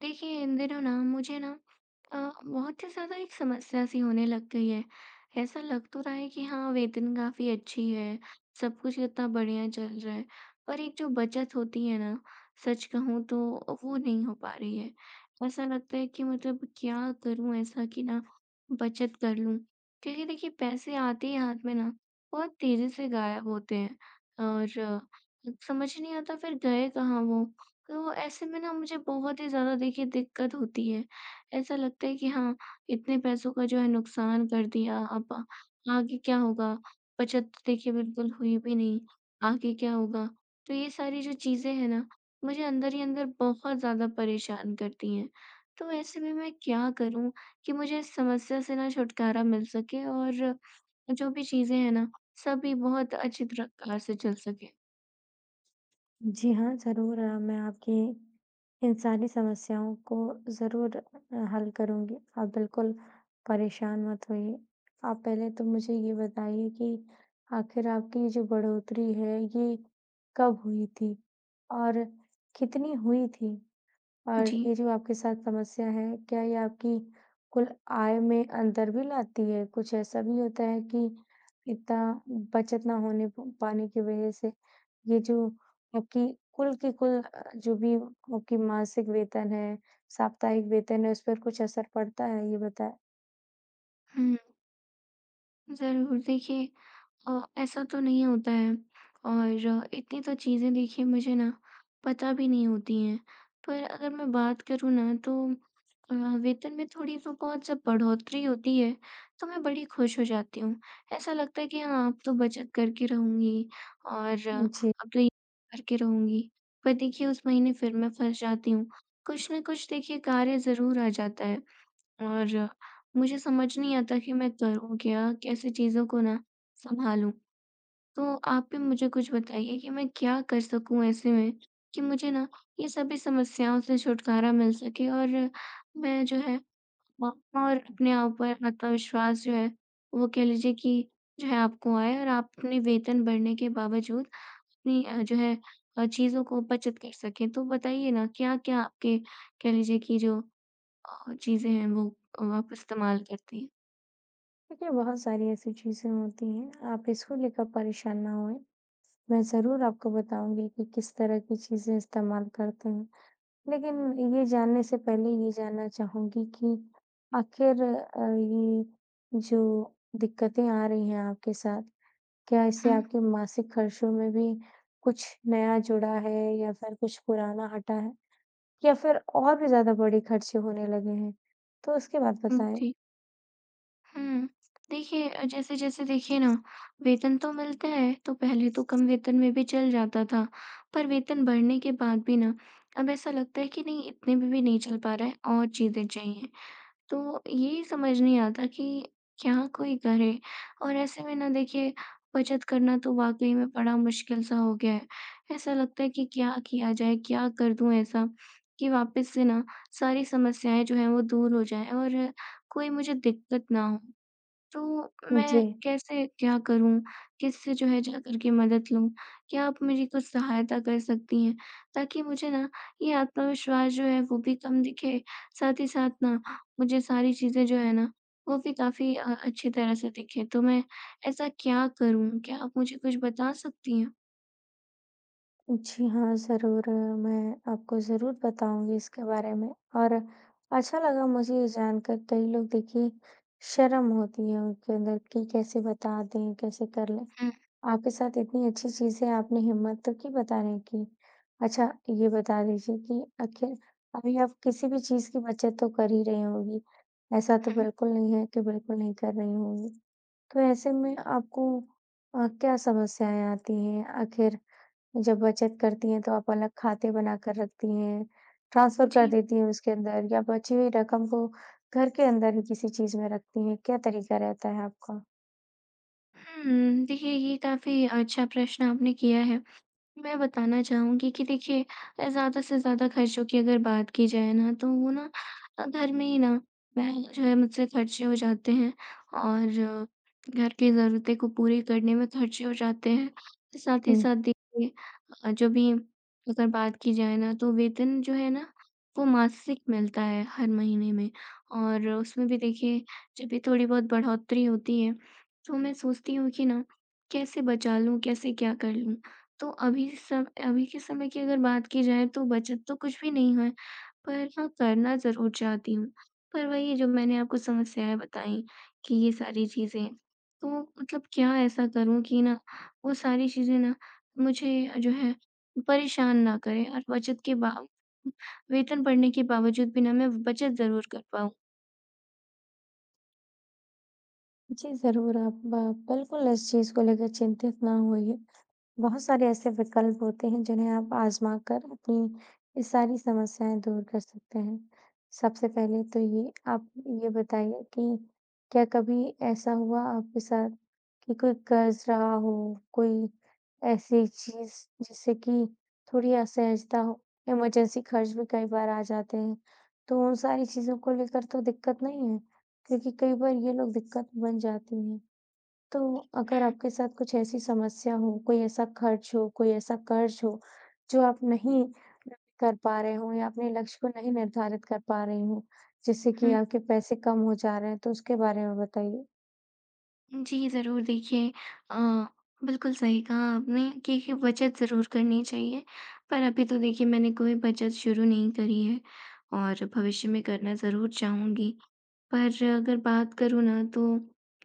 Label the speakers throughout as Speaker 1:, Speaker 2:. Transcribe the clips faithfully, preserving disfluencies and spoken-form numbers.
Speaker 1: देखिए इन दिनों ना मुझे ना अ, बहुत ही ज़्यादा एक समस्या सी होने लग गई है। ऐसा लग तो रहा है कि हाँ वेतन काफ़ी अच्छी है, सब कुछ इतना बढ़िया चल रहा है, पर एक जो बचत होती है ना, सच कहूँ तो वो नहीं हो पा रही है। ऐसा लगता है कि मतलब क्या करूँ ऐसा कि ना बचत कर लूँ? क्योंकि देखिए पैसे आते ही हाथ में ना बहुत तेज़ी से गायब होते हैं और अ, समझ नहीं आता फिर गए कहाँ वो? तो ऐसे में ना मुझे बहुत ही ज़्यादा देखिए दिक्कत होती है। ऐसा लगता है कि हाँ, इतने पैसों का जो है नुकसान कर दिया, अब आ- आगे क्या होगा? बचत तो देखिए बिल्कुल हुई भी नहीं, आगे क्या होगा? तो ये सारी जो चीज़ें हैं ना, मुझे अंदर ही अंदर बहुत ज़्यादा परेशान करती हैं। तो ऐसे में मैं क्या करूँ कि मुझे इस समस्या से ना छुटकारा मिल सके और जो भी चीज़ें हैं ना, सभी बहुत अच्छी प्रकार से चल सके?
Speaker 2: जी हाँ, ज़रूर अ, मैं आपकी इन सारी समस्याओं को ज़रूर अ, हल करूँगी। आप बिल्कुल परेशान मत होइए। आप पहले तो मुझे ये बताइए कि आखिर आपकी ये जो बढ़ोतरी है, ये कब हुई थी और कितनी हुई थी? और
Speaker 1: जी।
Speaker 2: ये जो आपके साथ समस्या है, क्या ये आपकी कुल आय में अंतर भी लाती है? कुछ ऐसा भी होता है कि इतना बचत ना होने प पाने की वजह से ये जो आपकी कुल की कुल अ, जो भी आपकी मासिक वेतन है, साप्ताहिक वेतन है, उस पर कुछ असर पड़ता है? ये बताएँ।
Speaker 1: हुँ, ज़रूर देखिए अ, ऐसा तो नहीं होता है और इतनी तो चीज़ें देखिए मुझे ना पता भी नहीं होती हैं। पर अगर मैं बात करूँ ना तो अ, वेतन में थोड़ी तो बहुत जब बढ़ोतरी होती है तो मैं बड़ी खुश हो जाती हूँ। ऐसा लगता है कि हाँ अब तो बचत करके रहूँगी और
Speaker 2: जी।
Speaker 1: अब तो ये करके रहूँगी। पर देखिए उस महीने फिर मैं फँस जाती हूँ। कुछ न कुछ देखिए कार्य ज़रूर आ जाता है और मुझे समझ नहीं आता कि मैं करूँ क्या? कैसे चीज़ों को ना सँभालूँ? तो आप भी मुझे कुछ बताइए कि मैं क्या कर सकूँ ऐसे में कि मुझे ना ये सभी समस्याओं से छुटकारा मिल सके और मैं जो है अ, और अपने आप पर आत्मविश्वास जो है वो कह लीजिए कि जो है आपको आए और आप अपने वेतन बढ़ने के बावजूद अपनी अ, जो है अ, चीज़ों को बचत कर सकें। तो बताइए ना क्या-क्या आपके कह लीजिए कि जो अ, चीज़ें हैं वो अ, आप इस्तेमाल करती हैं?
Speaker 2: देखिए, बहुत सारी ऐसी चीज़ें होती हैं, आप इसको लेकर परेशान ना होएँ। मैं ज़रूर आपको बताऊँगी कि किस तरह की चीज़ें इस्तेमाल करते हैं। लेकिन ये जानने से पहले ये जानना चाहूँगी कि आखिर अ, ये जो दिक्कतें आ रही हैं आपके साथ, क्या इससे
Speaker 1: हुँ,
Speaker 2: आपके मासिक खर्चों में भी कुछ नया जुड़ा है या फिर कुछ पुराना हटा है? या फिर और भी ज़्यादा बड़े खर्चे होने लगे हैं? तो उसके बाद
Speaker 1: हुँ,
Speaker 2: बताएँ।
Speaker 1: जी। हुँ। देखिए अ, जैसे-जैसे देखिए ना वेतन तो मिलता है, तो पहले तो कम वेतन में भी चल जाता था, पर वेतन बढ़ने के बाद भी ना अब ऐसा लगता है कि नहीं इतने में भी नहीं चल पा रहा है और चीज़ें चाहिए। तो ये समझ नहीं आता कि क्या कोई करे? और ऐसे में ना देखिए बचत करना तो वाक़ई में बड़ा मुश्किल सा हो गया है। ऐसा लगता है कि क्या किया जाए? क्या कर दूँ ऐसा कि वापस से ना सारी समस्याएँ जो हैं वो दूर हो जाएँ और कोई मुझे दिक्कत ना हो? तो
Speaker 2: जी।
Speaker 1: मैं कैसे क्या करूँ? किससे जो है जाकर के मदद लूँ? क्या आप मेरी कुछ सहायता कर सकती हैं? ताकि मुझे ना ये आत्मविश्वास जो है वो भी कम दिखे, साथ ही साथ ना मुझे सारी चीज़ें जो है ना वो भी काफ़ी अ, अच्छी तरह से दिखें। तो मैं ऐसा क्या करूँ? क्या आप मुझे कुछ बता सकती हैं?
Speaker 2: जी हाँ, ज़रूर अ, मैं आपको ज़रूर बताऊँगी इसके बारे में और अच्छा लगा मुझे ये जानकर कई लोग देखिए शर्म होती है उनके अंदर कि कैसे बता दें, कैसे कर लें।
Speaker 1: हुँ,
Speaker 2: आपके साथ इतनी अच्छी चीज़ें आपने हिम्मत तो की बताने की। अच्छा ये बता दीजिए कि आखिर अभी आप किसी भी चीज़ की बचत तो कर ही रही होंगी। ऐसा तो
Speaker 1: हुँ।
Speaker 2: बिल्कुल नहीं है कि बिल्कुल नहीं कर रही होंगी। तो ऐसे में आपको अ, क्या समस्याएँ आती हैं? आखिर जब बचत करती हैं तो आप अलग खाते बनाकर रखती हैं, ट्रांसफ़र कर
Speaker 1: जी।
Speaker 2: देती हैं उसके अंदर या बची हुई रकम को घर के अंदर ही किसी चीज़ में रखती हैं, क्या तरीका रहता है आपका?
Speaker 1: हुँ, देखिए ये काफ़ी अच्छा प्रश्न आपने किया है। मैं बताना चाहूँगी कि देखिए अ, ज़्यादा से ज़्यादा खर्चों की अगर बात की जाए ना तो वो ना अ, घर में ही ना मैं जो है मुझसे खर्चे हो जाते हैं और अ, घर की ज़रूरतें को पूरी करने में खर्चे हो जाते हैं। साथ ही
Speaker 2: हुँ।
Speaker 1: साथ देखिए अ, जो भी अगर बात की जाए ना तो वेतन जो है ना वो मासिक मिलता है हर महीने में और उसमें भी देखिए जब भी थोड़ी बहुत बढ़ोतरी होती है तो मैं सोचती हूँ कि ना कैसे बचा लूँ, कैसे क्या कर लूँ? तो अभी सब अभी के समय की अगर बात की जाए तो बचत तो कुछ भी नहीं है, पर हाँ करना ज़रूर चाहती हूँ। पर वही जो मैंने आपको समस्याएँ बताई कि ये सारी चीज़ें, तो मतलब क्या ऐसा करूँ कि ना वो सारी चीज़ें ना मुझे जो है परेशान ना करें और बचत के बा वेतन बढ़ने के बावजूद भी ना मैं बचत ज़रूर कर पाऊँ।
Speaker 2: जी, ज़रूर आप ब बिल्कुल इस चीज़ को लेकर चिंतित ना होइए। बहुत सारे ऐसे विकल्प होते हैं जिन्हें आप आज़मा कर अपनी ये सारी समस्याएँ दूर कर सकते हैं। सबसे पहले तो ये आप ये बताइए कि क्या कभी ऐसा हुआ आपके साथ कि कोई कर्ज़ रहा हो, कोई ऐसी चीज़ जिससे कि थोड़ी असहजता हो? इमरजेंसी खर्च भी कई बार आ जाते हैं, तो उन सारी चीज़ों को लेकर तो दिक्कत नहीं है? क्योंकि कई बार ये लोग दिक्कत बन जाती हैं। तो अगर आपके साथ कुछ ऐसी समस्या हो, कोई ऐसा खर्च हो, कोई ऐसा कर्ज हो, जो आप नहीं कर पा रहे हो या अपने लक्ष्य को नहीं निर्धारित कर पा रहे हो, जिससे कि
Speaker 1: हुँ।
Speaker 2: आपके पैसे कम हो जा रहे हैं, तो उसके बारे में बताइए?
Speaker 1: जी, ज़रूर देखिए अ, बिल्कुल सही कहा आपने कि कि बचत ज़रूर करनी चाहिए, पर अभी तो देखिए मैंने कोई बचत शुरू नहीं करी है और भविष्य में करना ज़रूर चाहूँगी। पर अगर बात करूँ ना तो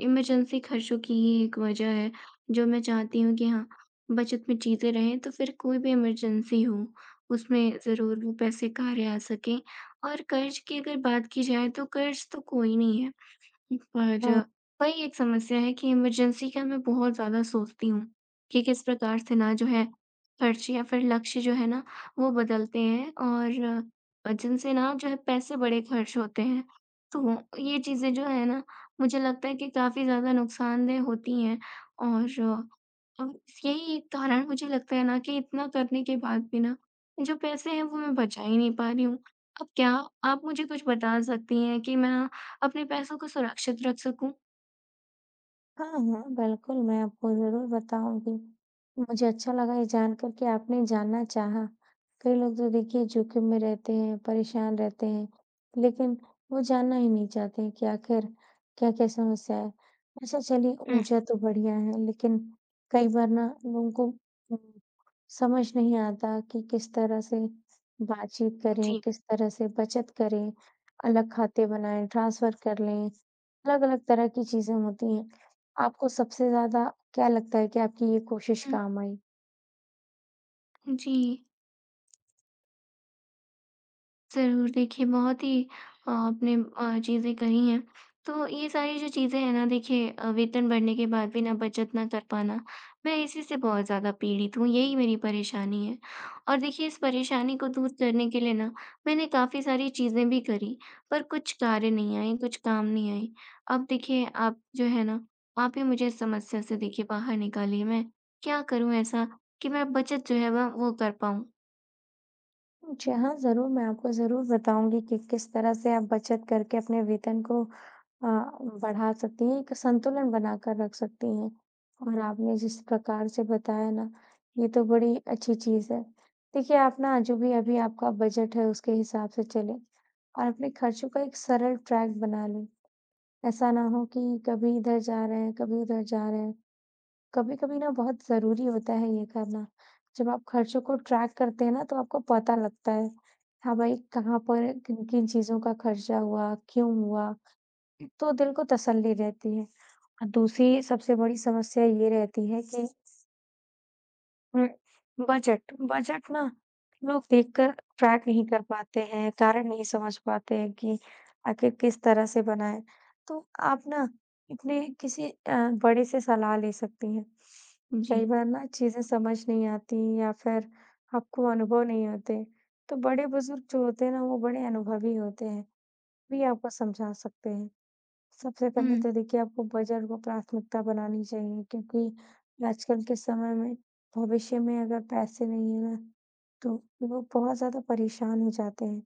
Speaker 1: इमरजेंसी खर्चों की ही एक वजह है जो मैं चाहती हूँ कि हाँ, बचत में चीज़ें रहें तो फिर कोई भी इमरजेंसी हो उसमें ज़रूर वो पैसे कार्य आ सकें। और कर्ज़ की अगर बात की जाए तो कर्ज़ तो कोई नहीं है पर
Speaker 2: हाँ।
Speaker 1: वही एक समस्या है कि इमरजेंसी का मैं बहुत ज़्यादा सोचती हूँ कि किस प्रकार से ना जो है खर्च या फिर लक्ष्य जो है ना वो बदलते हैं और अ, जिनसे ना जो है पैसे बड़े खर्च होते हैं। तो ये चीज़ें जो है ना मुझे लगता है कि काफ़ी ज़्यादा नुकसानदेह होती हैं और अ, यही एक कारण मुझे लगता है ना कि इतना करने के बाद भी ना जो पैसे हैं वो मैं बचा ही नहीं पा रही हूँ। अब क्या आप मुझे कुछ बता सकती हैं कि मैं अपने पैसों को सुरक्षित रख सकूँ।
Speaker 2: हाँ, हाँ, बिल्कुल, मैं आपको ज़रूर बताऊँगी। मुझे अच्छा लगा ये जानकर कि आपने जानना चाहा। कई लोग तो देखिए जोखिम में रहते हैं, परेशान रहते हैं, लेकिन वो जानना ही नहीं चाहते कि आखिर क्या-क्या समस्या है। अच्छा चलिए
Speaker 1: हुँ।
Speaker 2: ऊर्जा तो बढ़िया है, लेकिन कई बार ना लोगों को उम, समझ नहीं आता कि किस तरह से बातचीत
Speaker 1: जी।
Speaker 2: करें, किस तरह से बचत करें, अलग खाते बनाएँ, ट्रांसफ़र कर लें। अलग-अलग तरह की चीज़ें होती हैं। आपको सबसे ज़्यादा क्या लगता है कि आपकी ये कोशिश काम आई?
Speaker 1: हुँ, जी। ज़रूर, देखिए बहुत ही अ, आपने अ, चीज़ें कही हैं। तो ये सारी जो चीज़ें हैं ना देखिए अ, वेतन बढ़ने के बाद भी ना बचत ना कर पाना, मैं इसी से बहुत ज़्यादा पीड़ित हूँ, यही मेरी परेशानी है। और देखिए इस परेशानी को दूर करने के लिए ना मैंने काफ़ी सारी चीज़ें भी करी, पर कुछ कार्य नहीं आए, कुछ काम नहीं आए। अब देखिए आप जो है ना, आप ही मुझे इस समस्या से देखिए बाहर निकालिए, मैं क्या करूँ ऐसा कि मैं बचत जो है वह वो कर पाऊँ?
Speaker 2: जी हाँ, ज़रूर, मैं आपको ज़रूर बताऊँगी कि किस तरह से आप बचत करके अपने वेतन को अ, बढ़ा सकती हैं, एक संतुलन बनाकर रख सकती हैं। और आपने जिस प्रकार से बताया ना, ये तो बड़ी अच्छी चीज़ है। देखिए, आप ना जो भी अभी आपका बजट है, उसके हिसाब से चलें और अपने खर्चों का एक सरल ट्रैक बना लें। ऐसा ना हो कि कभी इधर जा रहे हैं, कभी उधर जा रहे हैं। कभी-कभी ना बहुत ज़रूरी होता है ये करना। जब आप खर्चों को ट्रैक करते हैं ना तो आपको पता लगता है, हाँ भाई कहाँ पर किन-किन चीज़ों का खर्चा हुआ, क्यों हुआ, हुँ। तो दिल को तसल्ली रहती है। और दूसरी सबसे बड़ी समस्या ये रहती है कि हुँ, बजट बजट ना लोग देखकर ट्रैक नहीं कर पाते हैं, कारण नहीं समझ पाते हैं कि आखिर किस तरह से बनाएँ। तो आप ना अपने किसी अ, बड़े से सलाह ले सकती हैं।
Speaker 1: जी।
Speaker 2: कई बार ना चीज़ें समझ नहीं आती या फिर आपको अनुभव नहीं होते, तो बड़े-बुज़ुर्ग जो होते हैं ना, वो बड़े अनुभवी होते हैं, वे आपको समझा सकते हैं। सबसे पहले
Speaker 1: हुँ,
Speaker 2: तो देखिए आपको बजट को प्राथमिकता बनानी चाहिए क्योंकि आजकल के समय में भविष्य में अगर पैसे नहीं है ना तो वो बहुत ज़्यादा परेशान हो जाते हैं।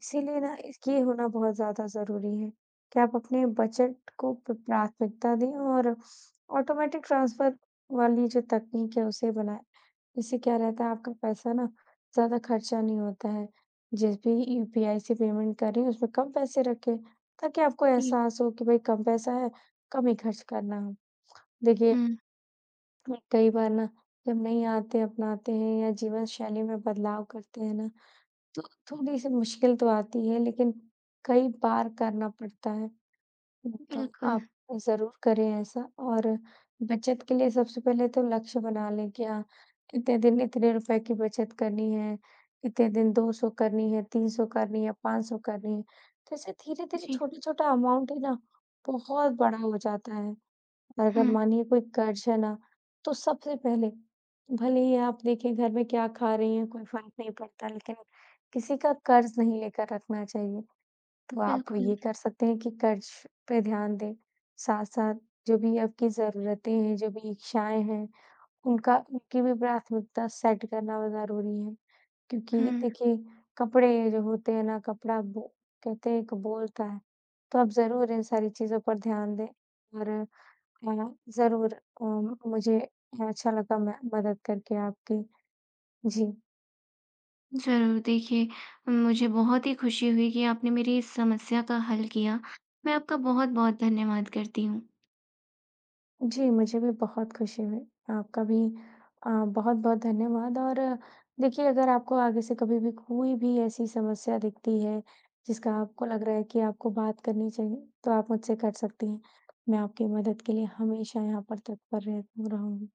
Speaker 2: इसीलिए ना इस ये होना बहुत ज़्यादा ज़रूरी है कि आप अपने बजट को प प्राथमिकता दें और ऑटोमेटिक ट्रांसफ़र वाली जो तकनीक है उसे बनाएँ। इससे क्या रहता है आपका पैसा ना ज़्यादा खर्चा नहीं होता है। जिस भी यूपीआई से पेमेंट कर रहे हैं उसमें कम पैसे रखें, ताकि आपको
Speaker 1: जी,
Speaker 2: एहसास हो कि भाई कम पैसा है, कम ही खर्च करना है। देखिए
Speaker 1: हुँ।
Speaker 2: कई बार ना जब नई आदतें अपनाते हैं या जीवन शैली में बदलाव करते हैं ना, तो थोड़ी-सी मुश्किल तो आती है लेकिन कई बार करना पड़ता है। तो
Speaker 1: बिल्कुल,
Speaker 2: आप ज़रूर करें ऐसा और बचत के लिए सबसे पहले तो लक्ष्य बना लें कि हाँ, इतने दिन इतने रुपए की बचत करनी है, इतने दिन दो सौ करनी है, तीन सौ करनी है, पाँच सौ करनी है। तो ऐसे धीरे-धीरे
Speaker 1: जी।
Speaker 2: छोटा-छोटा अमाउंट है ना, बहुत बड़ा हो जाता है। और अगर
Speaker 1: हुँ,
Speaker 2: मानिए कोई कर्ज है ना, तो सबसे पहले भले ही आप देखें घर में क्या खा रही हैं, कोई फ़र्क नहीं पड़ता, लेकिन किसी का कर्ज नहीं लेकर रखना चाहिए। तो आप
Speaker 1: बिल्कुल।
Speaker 2: ये कर सकते हैं कि कर्ज पे ध्यान दें, साथ-साथ जो भी आपकी ज़रूरतें हैं, जो भी इच्छाएँ हैं, उनका उनकी भी प्राथमिकता सेट करना भी ज़रूरी है। क्योंकि
Speaker 1: हुँ,
Speaker 2: देखिए, कपड़े जो होते हैं ना, कपड़ा बो कहते हैं कि बोलता है, तो आप ज़रूर इन सारी चीज़ों पर ध्यान दें और अ, ज़रूर अ, मुझे अच्छा लगा मैं मदद करके आपकी। जी।
Speaker 1: ज़रूर देखिए, मुझे बहुत ही खुशी हुई कि आपने मेरी इस समस्या का हल किया। मैं आपका बहुत-बहुत धन्यवाद करती हूँ।
Speaker 2: जी, मुझे भी बहुत खुशी हुई। आपका भी अ, बहुत-बहुत धन्यवाद और अ, देखिए अगर आपको आगे से कभी भी कोई भी ऐसी समस्या दिखती है, जिसका आपको लग रहा है कि आपको बात करनी चाहिए, तो आप मुझसे कर सकती हैं। मैं आपकी मदद के लिए हमेशा यहाँ पर तत्पर रह रहूँगी।